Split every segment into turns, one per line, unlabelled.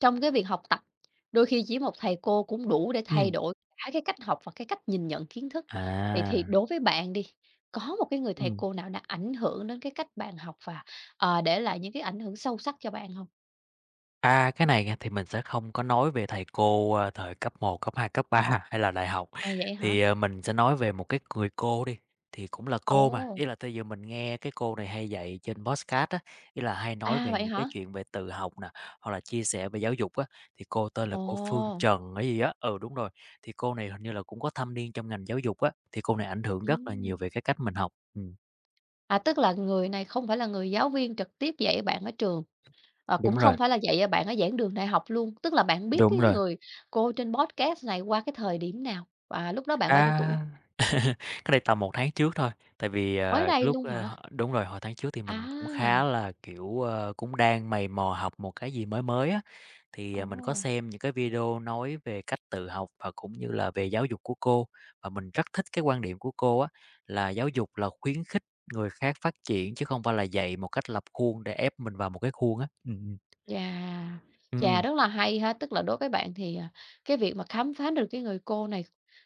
Trong cái việc học tập, đôi khi chỉ một thầy cô cũng đủ để thay
Ừm,
đổi cả cái cách học và cái cách nhìn nhận kiến thức. Vậy thì
à,
đối với bạn đi, có một cái người thầy
ừm.
cô nào đã ảnh hưởng đến cái cách bạn học và để lại những cái ảnh hưởng sâu sắc cho bạn không?
À, cái này nha thì mình sẽ không có nói về thầy cô, thời cấp một, cấp 2, cấp 3 hay là đại học,
À, vậy hả?
thì, mình sẽ nói về một cái người cô đi, thì cũng là cô mà,
Ồ,
ý là tới giờ mình nghe cái cô này hay dạy trên podcast á, ý là hay nói
à,
về
vậy
những cái
hả?
chuyện về tự học nè, hoặc là chia sẻ về giáo dục á, thì cô tên là
Ồ,
cô Phương Trần hay gì á, ừ, đúng rồi, thì cô này hình như là cũng có thâm niên trong ngành giáo dục á, thì cô này ảnh hưởng rất là nhiều
ừm.
về cái cách mình học.
À, tức là người này không phải là người giáo viên trực tiếp dạy bạn ở trường,
Đúng
cũng
rồi,
không phải là dạy bạn ở giảng đường đại học luôn, tức là bạn biết
đúng
cái
rồi.
người cô trên podcast này qua cái thời điểm nào? Và lúc đó bạn bao nhiêu tuổi?
À, cách đây tầm 1 tháng trước thôi, tại vì,
Mới
cái
đây
lúc,
luôn
ơ,
hả?
h đúng rồi, hồi tháng trước thì mình cũng khá
À,
là, kiểu, cũng đang mày mò học một cái gì mới mới á, thì,
ồ,
mình có xem những cái video nói về cách tự học và cũng như là về giáo dục của cô. Và mình rất thích cái quan điểm của cô á, là giáo dục là khuyến khích người khác phát triển chứ không phải là dạy một cách lập khuôn để ép mình vào một cái khuôn á.
chà, chà,
Ừm,
rất là hay ha! Tức là đối với bạn thì, cái việc mà khám phá được cái người cô này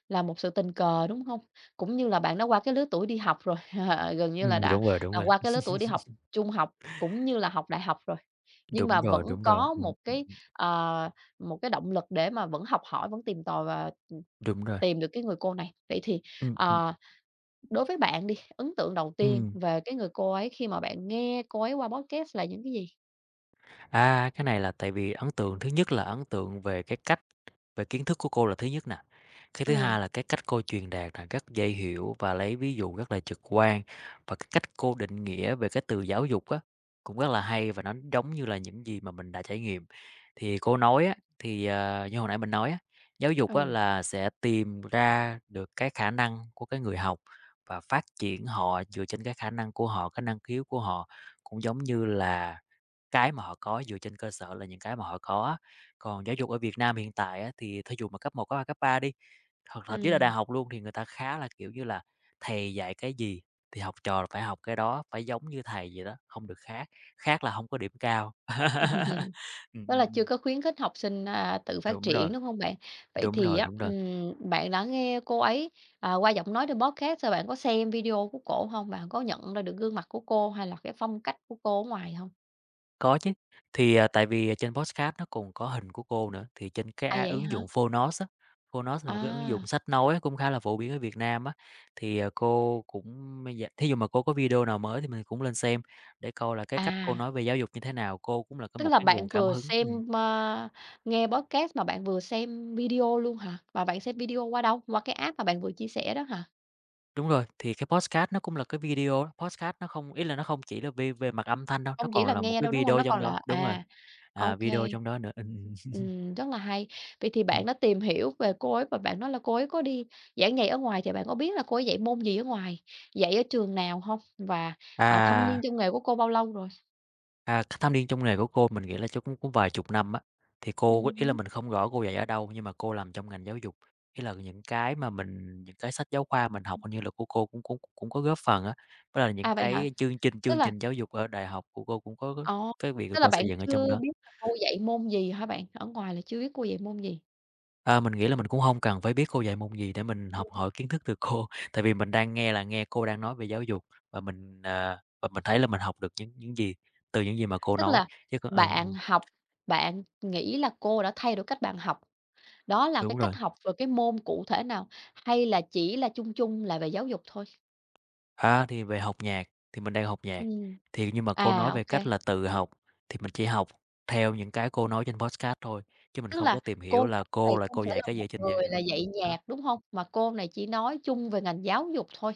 là một sự tình cờ, đúng không? Cũng như là bạn đã qua cái lứa tuổi đi học rồi, gần như là đã,
đúng rồi, đúng rồi.
qua cái lứa tuổi đi học trung học cũng như là học đại học rồi, nhưng mà
Đúng rồi,
vẫn
đúng rồi.
có một cái, ờ, một cái động lực để mà vẫn học hỏi, vẫn tìm tòi và, ừ,
Đúng rồi.
tìm được cái người cô này. Vậy thì,
Ừm, ừm,
ờ Đối với bạn đi, ấn tượng đầu tiên
ừm.
về cái người cô ấy khi mà bạn nghe cô ấy qua podcast là những cái gì?
À, cái này là tại vì ấn tượng thứ nhất là ấn tượng về cái cách, về kiến thức của cô là thứ nhất nè. Cái thứ
Ừ,
hai là cái cách cô truyền đạt là rất dễ hiểu và lấy ví dụ rất là trực quan và cái cách cô định nghĩa về cái từ giáo dục á cũng rất là hay và nó giống như là những gì mà mình đã trải nghiệm. Thì cô nói á thì, như hồi nãy mình nói á, giáo dục á
ừ,
là sẽ tìm ra được cái khả năng của cái người học và phát triển họ dựa trên cái khả năng của họ, cái năng khiếu của họ, cũng giống như là cái mà họ có dựa trên cơ sở là những cái mà họ có. Còn giáo dục ở Việt Nam hiện tại á, thì thí dụ mà cấp một cấp 2 cấp 3 đi, hoặc thậm chí là đại
ừm.
học luôn thì người ta khá là, kiểu như là, thầy dạy cái gì thì học trò phải học cái đó, phải giống như thầy vậy đó, không được khác, khác là không có điểm cao. Ừm,
Đó là
ừm,
chưa
ừm,
có khuyến khích học sinh, tự phát
đúng rồi,
triển, đúng không bạn? Vậy
đúng
thì
rồi,
á,
đúng rồi.
bạn đã nghe cô ấy, qua giọng nói trên podcast rồi bạn có xem video của cổ không? Bạn có nhận ra được gương mặt của cô hay là cái phong cách của cô ở ngoài không?
Có chứ. Thì, à, tại vì, à, trên podcast nó còn có hình của cô nữa, thì trên cái
À,
a
vậy
ứng
hả?
dụng Phonos á, Phonos là một cái ứng
À,
dụng sách nói cũng khá là phổ biến ở Việt Nam á, thì, à, cô cũng bây thí dụ mà cô có video nào mới thì mình cũng lên xem để coi là cái cách cô
à.
nói về giáo dục như thế nào, cô cũng là cái
Tức
một
là
cái
bạn
nguồn cảm
vừa
hứng.
xem, ơ nghe podcast mà bạn vừa xem video luôn hả? Và bạn xem video qua đâu? Qua cái app mà bạn vừa chia sẻ đó hả?
Đúng rồi, thì cái podcast nó cũng là cái video á, podcast nó không ý là nó không chỉ là về mặt âm thanh đâu, nó
Không chỉ là
còn là một
nghe
cái
đâu, đúng hông?
video
Nó
trong
còn
đó
là
đúng rồi,
ô
à, video
kê.
trong đó nữa.
Ừm, rất là hay. Vậy thì bạn
Ừm.
đã tìm hiểu về cô ấy và bạn nói là cô ấy có đi giảng dạy ở ngoài thì bạn có biết là cô ấy dạy môn gì ở ngoài, dạy ở trường nào hông? Và thâm niên
À.
trong nghề của cô bao lâu rồi?
À, thâm niên trong nghề của cô mình nghĩ là chắc cũng cũng vài chục năm á. Thì cô có- ý là
Hứm.
mình không rõ cô dạy ở đâu, nhưng mà cô làm trong ngành giáo dục, ý là những cái mà mình những cái sách giáo khoa mình học hình như là của cô cũng cũng cũng có góp phần á. Với là những
À, vậy hả?
cái chương trình
Tức
chương
là
trình giáo dục ở đại học của cô cũng có
ồ,
cái việc của
tức là
cô
bạn
xây dựng ở
chưa
trong đó.
biết là cô dạy môn gì hả bạn? Ở ngoài là chưa biết cô dạy môn gì?
À, mình nghĩ là mình cũng không cần phải biết cô dạy môn gì để mình
Ừ.
học hỏi kiến thức từ cô, tại vì mình đang nghe là nghe cô đang nói về giáo dục và mình, à, và mình thấy là mình học được những gì từ những gì mà cô
Tức
nói,
là
chứ còn
bạn học, bạn nghĩ là cô đã thay đổi cách bạn học, đó là cái
đúng rồi.
cách học về cái môn cụ thể nào, hay là chỉ là chung chung là về giáo dục thôi?
À, thì về học nhạc thì mình đang học nhạc,
Ừm,
thì nhưng mà cô nói
ô
về
kê,
cách là tự học, thì mình chỉ học theo những cái cô nói trên podcast thôi, chứ mình
tức
không
là
có tìm
cô
hiểu
giáo
là cô
này
là
không
cô
phải
dạy
là
cái gì
một
ở trên
người
giảng
là
đường.
dạy
Á,
nhạc, đúng hông? Mà cô này chỉ nói chung về ngành giáo dục thôi,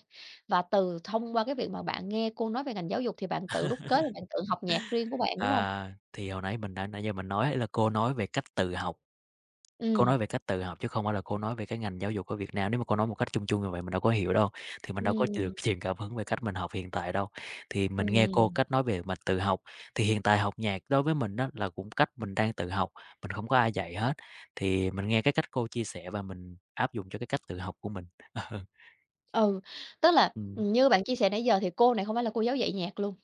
và từ thông qua cái việc mà bạn nghe cô nói về ngành giáo dục thì bạn tự đúc kết và bạn tự học nhạc riêng của bạn, đúng hông?
à, thì hồi nãy mình đã nãy giờ mình nói là cô nói về cách tự học. Cô
Ừm,
nói về cách tự học chứ không phải là cô nói về cái ngành giáo dục ở Việt Nam. Nếu mà cô nói một cách chung chung như vậy mình đâu có hiểu đâu, thì mình đâu có
ừm,
được truyền cảm hứng về cách mình học hiện tại đâu. Thì mình nghe cô
ừm,
cách nói về mà tự học, thì hiện tại học nhạc đối với mình đó là cũng cách mình đang tự học, mình không có ai dạy hết. Thì mình nghe cái cách cô chia sẻ và mình áp dụng cho cái cách tự học của mình.
ừ, tức là,
Ờ,
như bạn chia sẻ nãy giờ thì cô này không phải là cô giáo dạy nhạc luôn.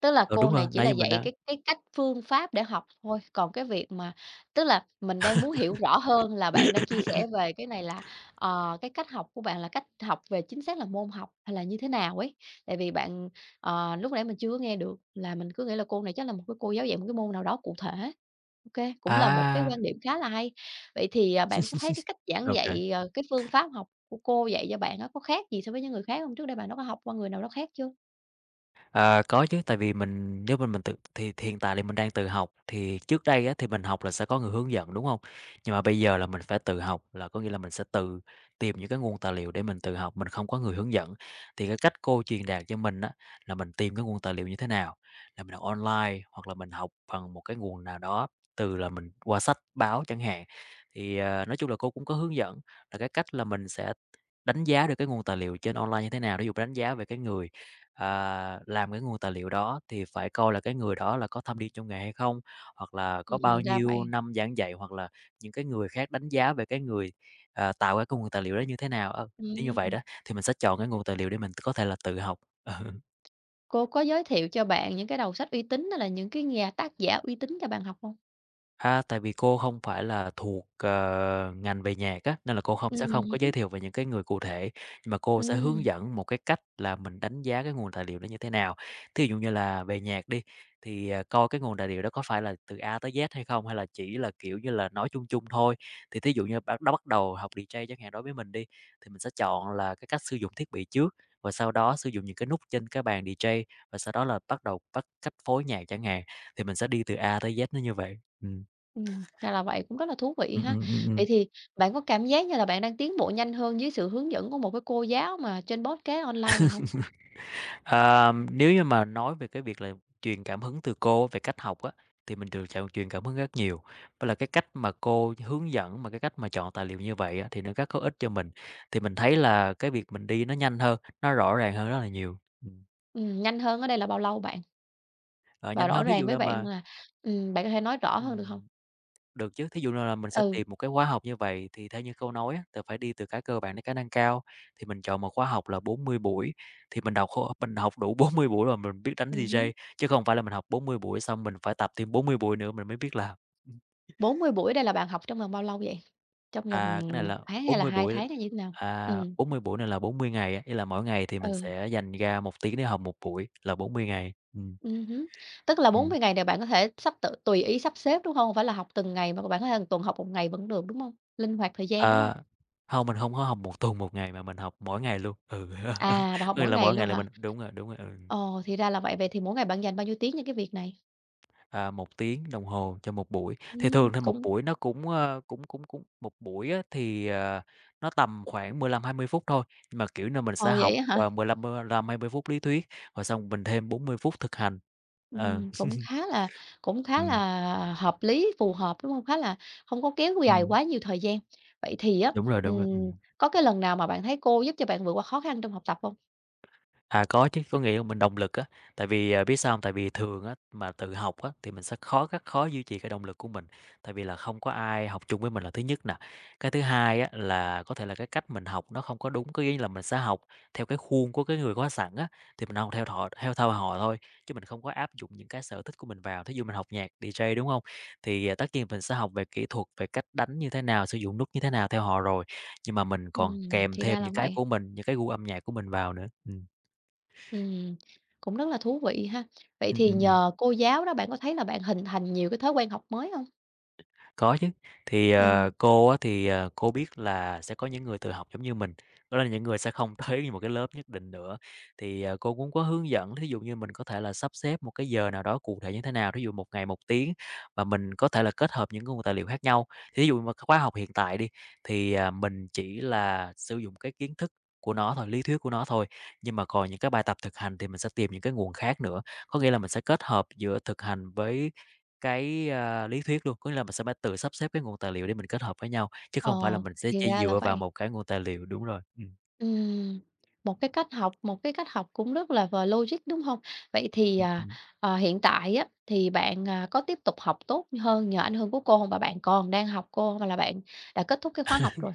Tức là
ờ,
cô
đúng
này
rồi,
chỉ
nãy
là
giờ mình
dạy
đang
cái cách phương pháp để học thôi, còn cái việc mà tức là mình đang muốn hiểu rõ hơn là bạn đang chia sẻ về cái này là, cái cách học của bạn là cách học về chính xác là môn học hay là như thế nào ấy? Tại vì bạn, lúc nãy mình chưa có nghe được, là mình cứ nghĩ là cô này chắc là một cái cô giáo dạy một cái môn nào đó cụ thể. OK, cũng là một cái
à!
quan điểm khá là hay. Vậy thì, bạn có thấy cái cách giảng
OK.
dạy, cái phương pháp học của cô dạy cho bạn á, có khác gì so với những người khác hông? Trước đây bạn đó có học qua người nào đó khác chưa?
Ờ, có chứ, tại vì mình nếu mà mình tự thì hiện tại thì mình đang tự học, thì trước đây á, thì mình học là sẽ có người hướng dẫn, đúng không? Nhưng mà bây giờ là mình phải tự học, là có nghĩa là mình sẽ tự tìm những cái nguồn tài liệu để mình tự học, mình không có người hướng dẫn. Thì cái cách cô truyền đạt cho mình á, là mình tìm cái nguồn tài liệu như thế nào, là mình học online hoặc là mình học bằng một cái nguồn nào đó, từ là mình qua sách báo chẳng hạn. Thì, nói chung là cô cũng có hướng dẫn là cái cách là mình sẽ đánh giá được cái nguồn tài liệu trên online như thế nào, ví dụ đánh giá về cái người à, làm cái nguồn tài liệu đó thì phải coi là cái người đó là có thâm niên trong nghề hay không, hoặc là có bao
Ừm, ra
nhiêu
vậy.
năm giảng dạy, hoặc là những cái người khác đánh giá về cái người, à, tạo ra cái nguồn tài liệu đó như thế nào. Ờ, nếu như vậy
Ừm.
đó thì mình sẽ chọn cái nguồn tài liệu để mình có thể là tự học. Ừ.
Cô có giới thiệu cho bạn những cái đầu sách uy tín hay là những cái nhà tác giả uy tín cho bạn học hông?
A, tại vì cô không phải là thuộc, ngành về nhạc á, nên là cô không
Ừm
sẽ không có giới
hứm,
thiệu về những cái người cụ thể, nhưng mà cô sẽ hướng
ừm,
dẫn một cái cách là mình đánh giá cái nguồn tài liệu đó như thế nào. Thí dụ như là về nhạc đi, thì, à, coi cái nguồn tài liệu đó có phải là từ A tới Z hay không, hay là chỉ là, kiểu như là, nói chung chung thôi. Thì thí dụ như bắt đầu học DJ chẳng hạn đối với mình đi, thì mình sẽ chọn là cái cách sử dụng thiết bị trước, và sau đó sử dụng những cái nút trên cái bàn DJ, và sau đó là bắt đầu cách phối nhạc chẳng hạn, thì mình sẽ đi từ A tới Z nó như vậy. Ừm.
ra là vậy, cũng rất là thú vị
Ừm,
ha.
ừm, ừm,
Vậy
ừm.
thì bạn có cảm giác như là bạn đang tiến bộ nhanh hơn dưới sự hướng dẫn của một cái cô giáo mà trên podcast online này hông?
Ờ, nếu như mà nói về cái việc là truyền cảm hứng từ cô về cách học á, thì mình được chọn truyền cảm hứng rất nhiều. Với là cái cách mà cô hướng dẫn, mà cái cách mà chọn tài liệu như vậy á, thì nó rất có ích cho mình. Thì mình thấy là cái việc mình đi nó nhanh hơn, nó rõ ràng hơn rất là nhiều. Ừm,
Nhanh hơn ở đây là bao lâu bạn?
ờ,
Và
nhanh
rõ
hơn thí
ràng
dụ
với
như
bạn
mà
là bạn có thể nói rõ hơn được hông?
ừm. Được chứ, thí dụ như là mình sẽ
Ừ,
tìm một cái khóa học như vậy thì theo như câu nói á, thì phải đi từ cái cơ bản đến cái nâng cao, thì mình chọn một khóa học là 40 buổi, thì mình đọc khô mình học đủ 40 buổi rồi mình biết đánh
hứm,
DJ, chứ không phải là mình học 40 buổi xong mình phải tập thêm 40 buổi nữa mình mới biết làm.
40 buổi đây là bạn học trong vòng bao lâu vậy? Trong
À, cái
vòng
này
một
là
tháng hay
bốn
là
mươi
2
buổi,
tháng hay như thế nào?
à,
Ừm,
40 buổi này là 40 ngày á, ý là mỗi ngày thì mình
ừ.
sẽ dành ra 1 tiếng để học một buổi là 40 ngày.
Hứm. Tức là bốn
Ừm.
mươi ngày này bạn có thể sắp tự tùy ý sắp xếp, đúng hông? Hông phải là học từng ngày, mà bạn có thể hàng tuần học một ngày vẫn được, đúng hông? Linh hoạt thời gian, đúng hông?
Ờ, hông, mình hông có học một tuần một ngày mà mình học mỗi ngày luôn, ừ.
À, bạn học
Có nghĩa
mỗi
là
ngày
mỗi ngày
luôn
là
hả?
mình đúng rồi, ừ.
Ồ, thì ra là vậy. Vậy thì mỗi ngày bạn dành bao nhiêu tiếng cho cái việc này?
1 tiếng đồng hồ cho một buổi. Thì thường thì một
Cũng
buổi nó cũng, cũng một buổi á thì, nó tầm khoảng 15-20 phút thôi, nhưng mà, kiểu là mình
ồ,
sẽ học,
vậy á hả?
15, lăm hai mươi phút lý thuyết, rồi xong mình thêm 40 phút thực hành. Ờ.
Ừm, cũng khá là cũng khá
Ừm,
là hợp lý, phù hợp, đúng hông? Khá là không có kéo dài
ừm,
quá nhiều thời gian. Vậy thì á,
đúng rồi, đúng rồi,
ừm,
ừm.
có cái lần nào mà bạn thấy cô giúp cho bạn vượt qua khó khăn trong học tập hông?
À, có chứ, có nghĩa là mình động lực á, tại vì, biết sao không? Tại vì thường á, mà tự học á, thì mình sẽ khó rất khó duy trì cái động lực của mình, tại vì là không có ai học chung với mình là thứ nhất nè. Cái thứ hai á, là có thể là cái cách mình học nó không có đúng, có nghĩa là mình sẽ học theo cái khuôn của cái người có sẵn á, thì mình học theo họ theo theo họ thôi, chứ mình không có áp dụng những cái sở thích của mình vào. Thí dụ mình học nhạc DJ, đúng không? Thì, tất nhiên mình sẽ học về kỹ thuật, về cách đánh như thế nào, sử dụng nút như thế nào theo họ rồi, nhưng mà mình còn kèm
Thì
thêm
ra là
những cái
vậy.
của mình, những cái gu âm nhạc của mình vào nữa. Ừm.
Ừm, cũng rất là thú vị ha. Vậy
Ừm,
thì
ừm, ừm,
nhờ cô giáo đó bạn có thấy là bạn hình thành nhiều cái thói quen học mới không?
có chứ. Thì,
Ừm,
cô á thì, cô biết là sẽ có những người tự học giống như mình, đó là những người sẽ không tới một cái lớp nhất định nữa. Thì, cô cũng có hướng dẫn, thí dụ như mình có thể là sắp xếp một cái giờ nào đó cụ thể như thế nào, thí dụ một ngày một tiếng và mình có thể là kết hợp những cái nguồn tài liệu khác nhau. Thí dụ mà khóa học hiện tại đi, thì, mình chỉ là sử dụng cái kiến thức của nó thôi, lý thuyết của nó thôi, nhưng mà còn những cái bài tập thực hành thì mình sẽ tìm những cái nguồn khác nữa. Có nghĩa là mình sẽ kết hợp giữa thực hành với lý thuyết luôn, có nghĩa là mình sẽ phải tự sắp xếp cái nguồn tài liệu để mình kết hợp với nhau, chứ
ờ,
không phải là mình sẽ
thì
chỉ
ra là
dựa vào
vậy.
một cái nguồn tài liệu đúng rồi,
Ừm, một cái cách học cũng rất là v logic, đúng không? Vậy thì,
ừm.
hiện tại á, thì bạn, có tiếp tục học tốt hơn nhờ ảnh hưởng của cô không? Và bạn còn đang học cô hông hay là bạn đã kết thúc cái khóa học rồi?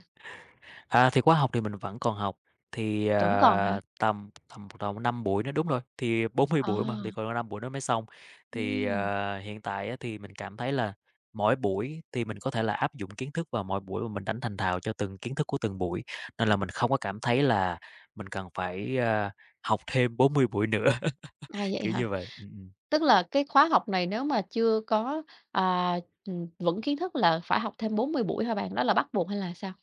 À, thì khóa học thì mình vẫn còn học, thì,
Vẫn còn hả?
tầm tầm tầm 5 buổi nữa đúng rồi, thì 40 buổi mà,
À,
thì còn 5 buổi nữa mới xong. Thì,
ừm,
hiện tại á thì mình cảm thấy là mỗi buổi thì mình có thể là áp dụng kiến thức vào mỗi buổi và mình đánh thành thạo cho từng kiến thức của từng buổi, nên là mình không có cảm thấy là mình cần phải, học thêm 40 buổi nữa,
à, vậy
kiểu như
hả?
vậy, ừm.
Tức là cái khóa học này nếu mà chưa có, à, vững kiến thức là phải học thêm 40 buổi hả bạn? Đó là bắt buộc hay là sao?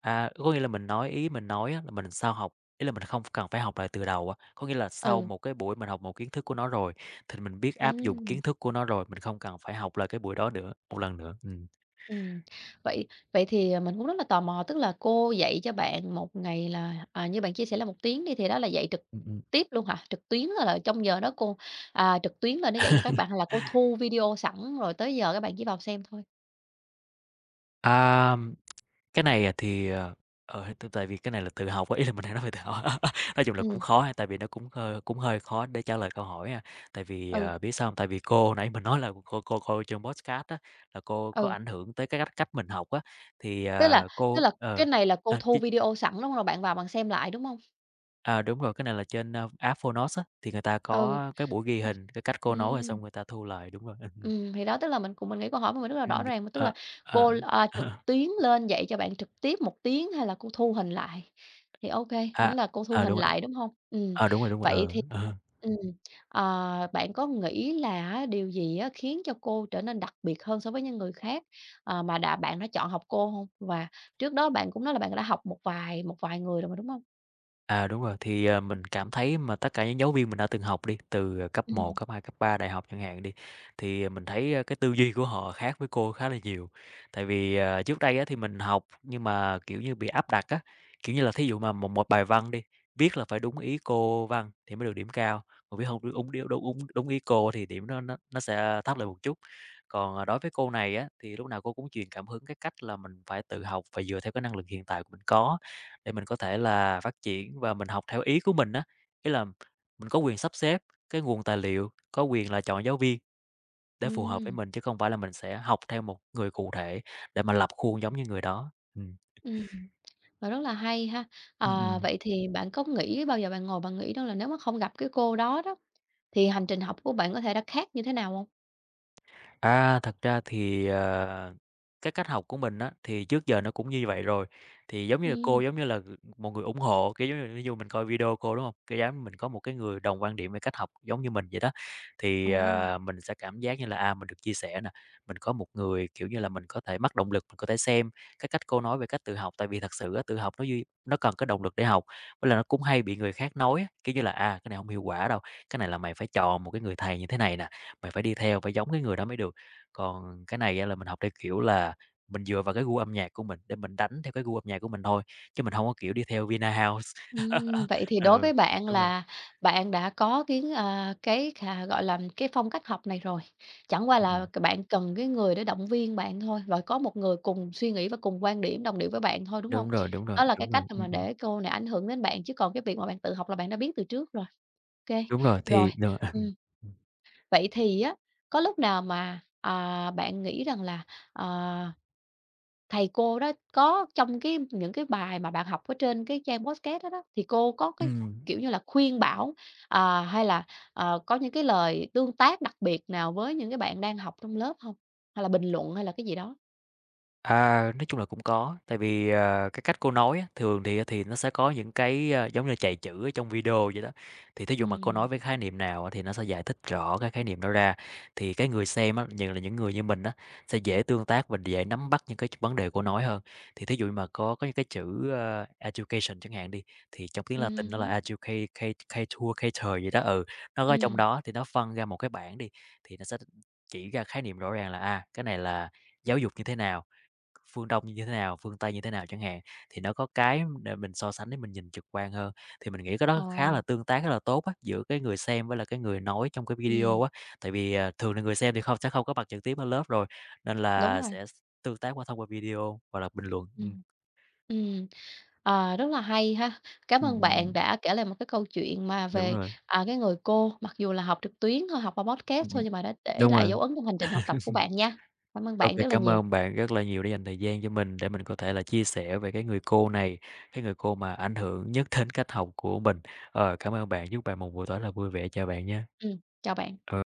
À, có nghĩa là mình nói ý mình nói á là mình sau học ý là mình không cần phải học lại từ đầu á. Có nghĩa là sau
Ừ,
một cái buổi mình học một kiến thức của nó rồi, thì mình biết áp dụng
ừm,
kiến thức của nó rồi, mình không cần phải học lại cái buổi đó nữa một lần nữa. Ừm.
ừm. Vậy vậy thì, mình cũng rất là tò mò, tức là cô dạy cho bạn một ngày là, như bạn chia sẻ là một tiếng đi, thì đó là dạy trực
Ừm, ừm.
tiếp luôn hả? Trực tuyến là trong giờ đó cô, trực tuyến là nó dạy cho các bạn hay là cô thu video sẵn rồi tới giờ các bạn chỉ vào xem thôi?
À, cái này, thì, ờ, ờ, t tại vì cái này là tự học á, ý là mình đang nói về tự học. Nói chung là cũng
Ừm,
khó ha, tại vì nó cũng hơi khó để trả lời câu hỏi ha. Tại vì,
ừ,
biết sao không? Tại vì cô nãy mình nói là cô trên podcast á, là cô có
ừ,
ảnh hưởng tới cái cách cách mình học á, thì,
tức là tức
cô
là
ờ,
cái này là cô
ờ, ch
thu video sẵn, đúng hông? Rồi bạn vào bạn xem lại, đúng không?
đúng rồi, cái này là trên, app Phonos á, thì người ta
Ừ,
có cái buổi ghi hình, cái cách cô nói rồi
ừm.
xong người ta thu lại, đúng rồi. Ừm,
Thì đó, tức là mình cũng mình nghĩ câu hỏi của mình rất là rõ
ừm,
ràng, tức
ờ,
là
ờ.
cô, trực tuyến lên dạy cho bạn trực tiếp một tiếng hay là cô thu hình lại? Thì ô kê,
à,
là cô thu hình
đúng rồi,
lại, đúng hông?
đúng rồi, đúng rồi,
Vậy
ừ,
thì
ờ.
ừm, ờ, bạn có nghĩ là á điều gì á khiến cho cô trở nên đặc biệt hơn so với những người khác, mà đã bạn đã chọn học cô hông? Và trước đó bạn cũng nói là bạn đã học một vài người rồi mà, đúng hông?
À, đúng rồi, thì, mình cảm thấy mà tất cả những giáo viên mình đã từng học đi, từ cấp một
Ừm,
cấp 2 cấp 3 đại học chẳng hạn đi, thì mình thấy, cái tư duy của họ khác với cô khá là nhiều. Tại vì, trước đây á thì mình học nhưng mà, kiểu như, bị áp đặt á, kiểu như là, thí dụ mà một một bài văn đi, viết là phải đúng ý cô văn thì mới được điểm cao, còn viết không đúng đúng đúng đúng đúng ý cô thì điểm nó sẽ thấp lại một chút. Còn, đối với cô này á, thì lúc nào cô cũng truyền cảm hứng cái cách là mình phải tự học và dựa theo cái năng lực hiện tại của mình có. Để mình có thể là phát triển và mình học theo ý của mình á. Ý là mình có quyền sắp xếp cái nguồn tài liệu, có quyền là chọn giáo viên để phù hợp với
ừm,
mình, chứ không phải là mình sẽ học theo một người cụ thể để mà lập khuôn giống như người đó. Ừm.
ừm. Và rất là hay ha.
Ừm,
Ờ,
ừm.
vậy thì bạn có nghĩ bao giờ bạn ngồi bạn nghĩ đó là nếu mà không gặp cái cô đó đó, thì hành trình học của bạn có thể đã khác như thế nào không?
À, thật ra thì, cái cách học của mình á, thì trước giờ nó cũng như vậy rồi. Thì giống như là
Ừm.
cô giống như là một người ủng hộ, kiểu, giống như ví dụ mình coi video cô, đúng không? Cái giống mình có một cái người đồng quan điểm về cách học giống như mình vậy đó, thì,
Ồ.
mình sẽ cảm giác như là, mình được chia sẻ nè, mình có một người, kiểu như là, mình có thể mắc động lực, mình có thể xem cái cách cô nói về cách tự học. Tại vì thật sự á, tự học nó cần cái động lực để học, với là nó cũng hay bị người khác nói á, kiểu như là, "À, cái này không hiệu quả đâu, cái này là mày phải chọn một cái người thầy như thế này nè, mày phải đi theo, phải giống cái người đó mới được." Còn cái này á là mình học theo kiểu là mình dựa vào cái gu âm nhạc của mình để mình đánh theo cái gu âm nhạc của mình thôi, chứ mình hông có, kiểu, đi theo Vinahouse.
Vậy thì đối
Ừ,
với bạn
đúng rồi.
là bạn đã có cái cái khà gọi là, cái phong cách học này rồi, chẳng qua
Ừm,
là
ừm,
c bạn cần cái người để động viên bạn thôi, và có một người cùng suy nghĩ và cùng quan điểm, đồng điệu với bạn thôi, đúng không?
đúng rồi, đúng rồi,
Đó là cái
đúng
cách
rồi,
mà để cô này ảnh hưởng đến bạn, chứ còn cái việc mà bạn tự học là bạn đã biết từ trước rồi. OK,
đúng rồi,
rồi.
thì
Vậy thì á, có lúc nào mà, bạn nghĩ rằng là, ờ, thầy cô đó có trong cái những cái bài mà bạn học ở trên cái trang podcast đó đó, thì cô có cái,
Ừm.
kiểu như là, khuyên bảo, hay là, có những cái lời tương tác đặc biệt nào với những cái bạn đang học trong lớp không? Hay là bình luận hay là cái gì đó?
À, nói chung là cũng có, tại vì, cái cách cô nói á, thường thì thì nó sẽ có những cái, giống như chạy chữ ở trong video vậy đó. Thì thí dụ mà cô
Ừm,
nói về khái niệm nào á thì nó sẽ giải thích rõ cái khái niệm đó ra, thì cái người xem á, nhiều là những người như mình á, sẽ dễ tương tác và dễ nắm bắt những cái vấn đề cô nói hơn. Thì thí dụ mà có những cái chữ, education chẳng hạn đi, thì trong tiếng Latin nó là
hứm,
educate catechucator gì đó, ừ, nó có trong đó thì nó phân ra một cái bảng đi, thì nó sẽ chỉ ra khái niệm rõ ràng là, cái này là giáo dục như thế nào. Phương Đông như thế nào, phương Tây như thế nào chẳng hạn, thì nó có cái để mình so sánh để mình nhìn trực quan hơn. Thì mình nghĩ cái
ờ,
đó khá là tương tác rất là tốt á, giữa cái người xem với là cái người nói trong cái
ừm,
video á. Tại vì, thường là người xem thì không sẽ không có mặt trực tiếp ở lớp rồi, nên
đúng
là
rồi,
sẽ tương tác qua thông qua video hoặc là bình luận. Ừm.
ừm. Ừm. Ờ, rất là hay ha. Cảm
Ừm,
ơn bạn
ừm,
đã kể lại một cái câu chuyện mà
đúng
về,
rồi.
cái người cô, mặc dù là học trực tuyến thôi, học qua podcast
Ừm,
thôi
ừm,
nhưng mà đã để
đúng
lại
rồi.
dấu ấn trong hành trình học tập của bạn nha. Cảm ơn
OK,
bạn rất là
cảm
nhiều.
ơn bạn rất là nhiều đã dành thời gian cho mình để mình có thể là chia sẻ về cái người cô này, cái người cô mà ảnh hưởng nhất đến cách học của mình. Ờ, cảm ơn bạn, chúc bạn một buổi tối là vui vẻ. Chào bạn nha.
Ừm, chào bạn.
Ờ.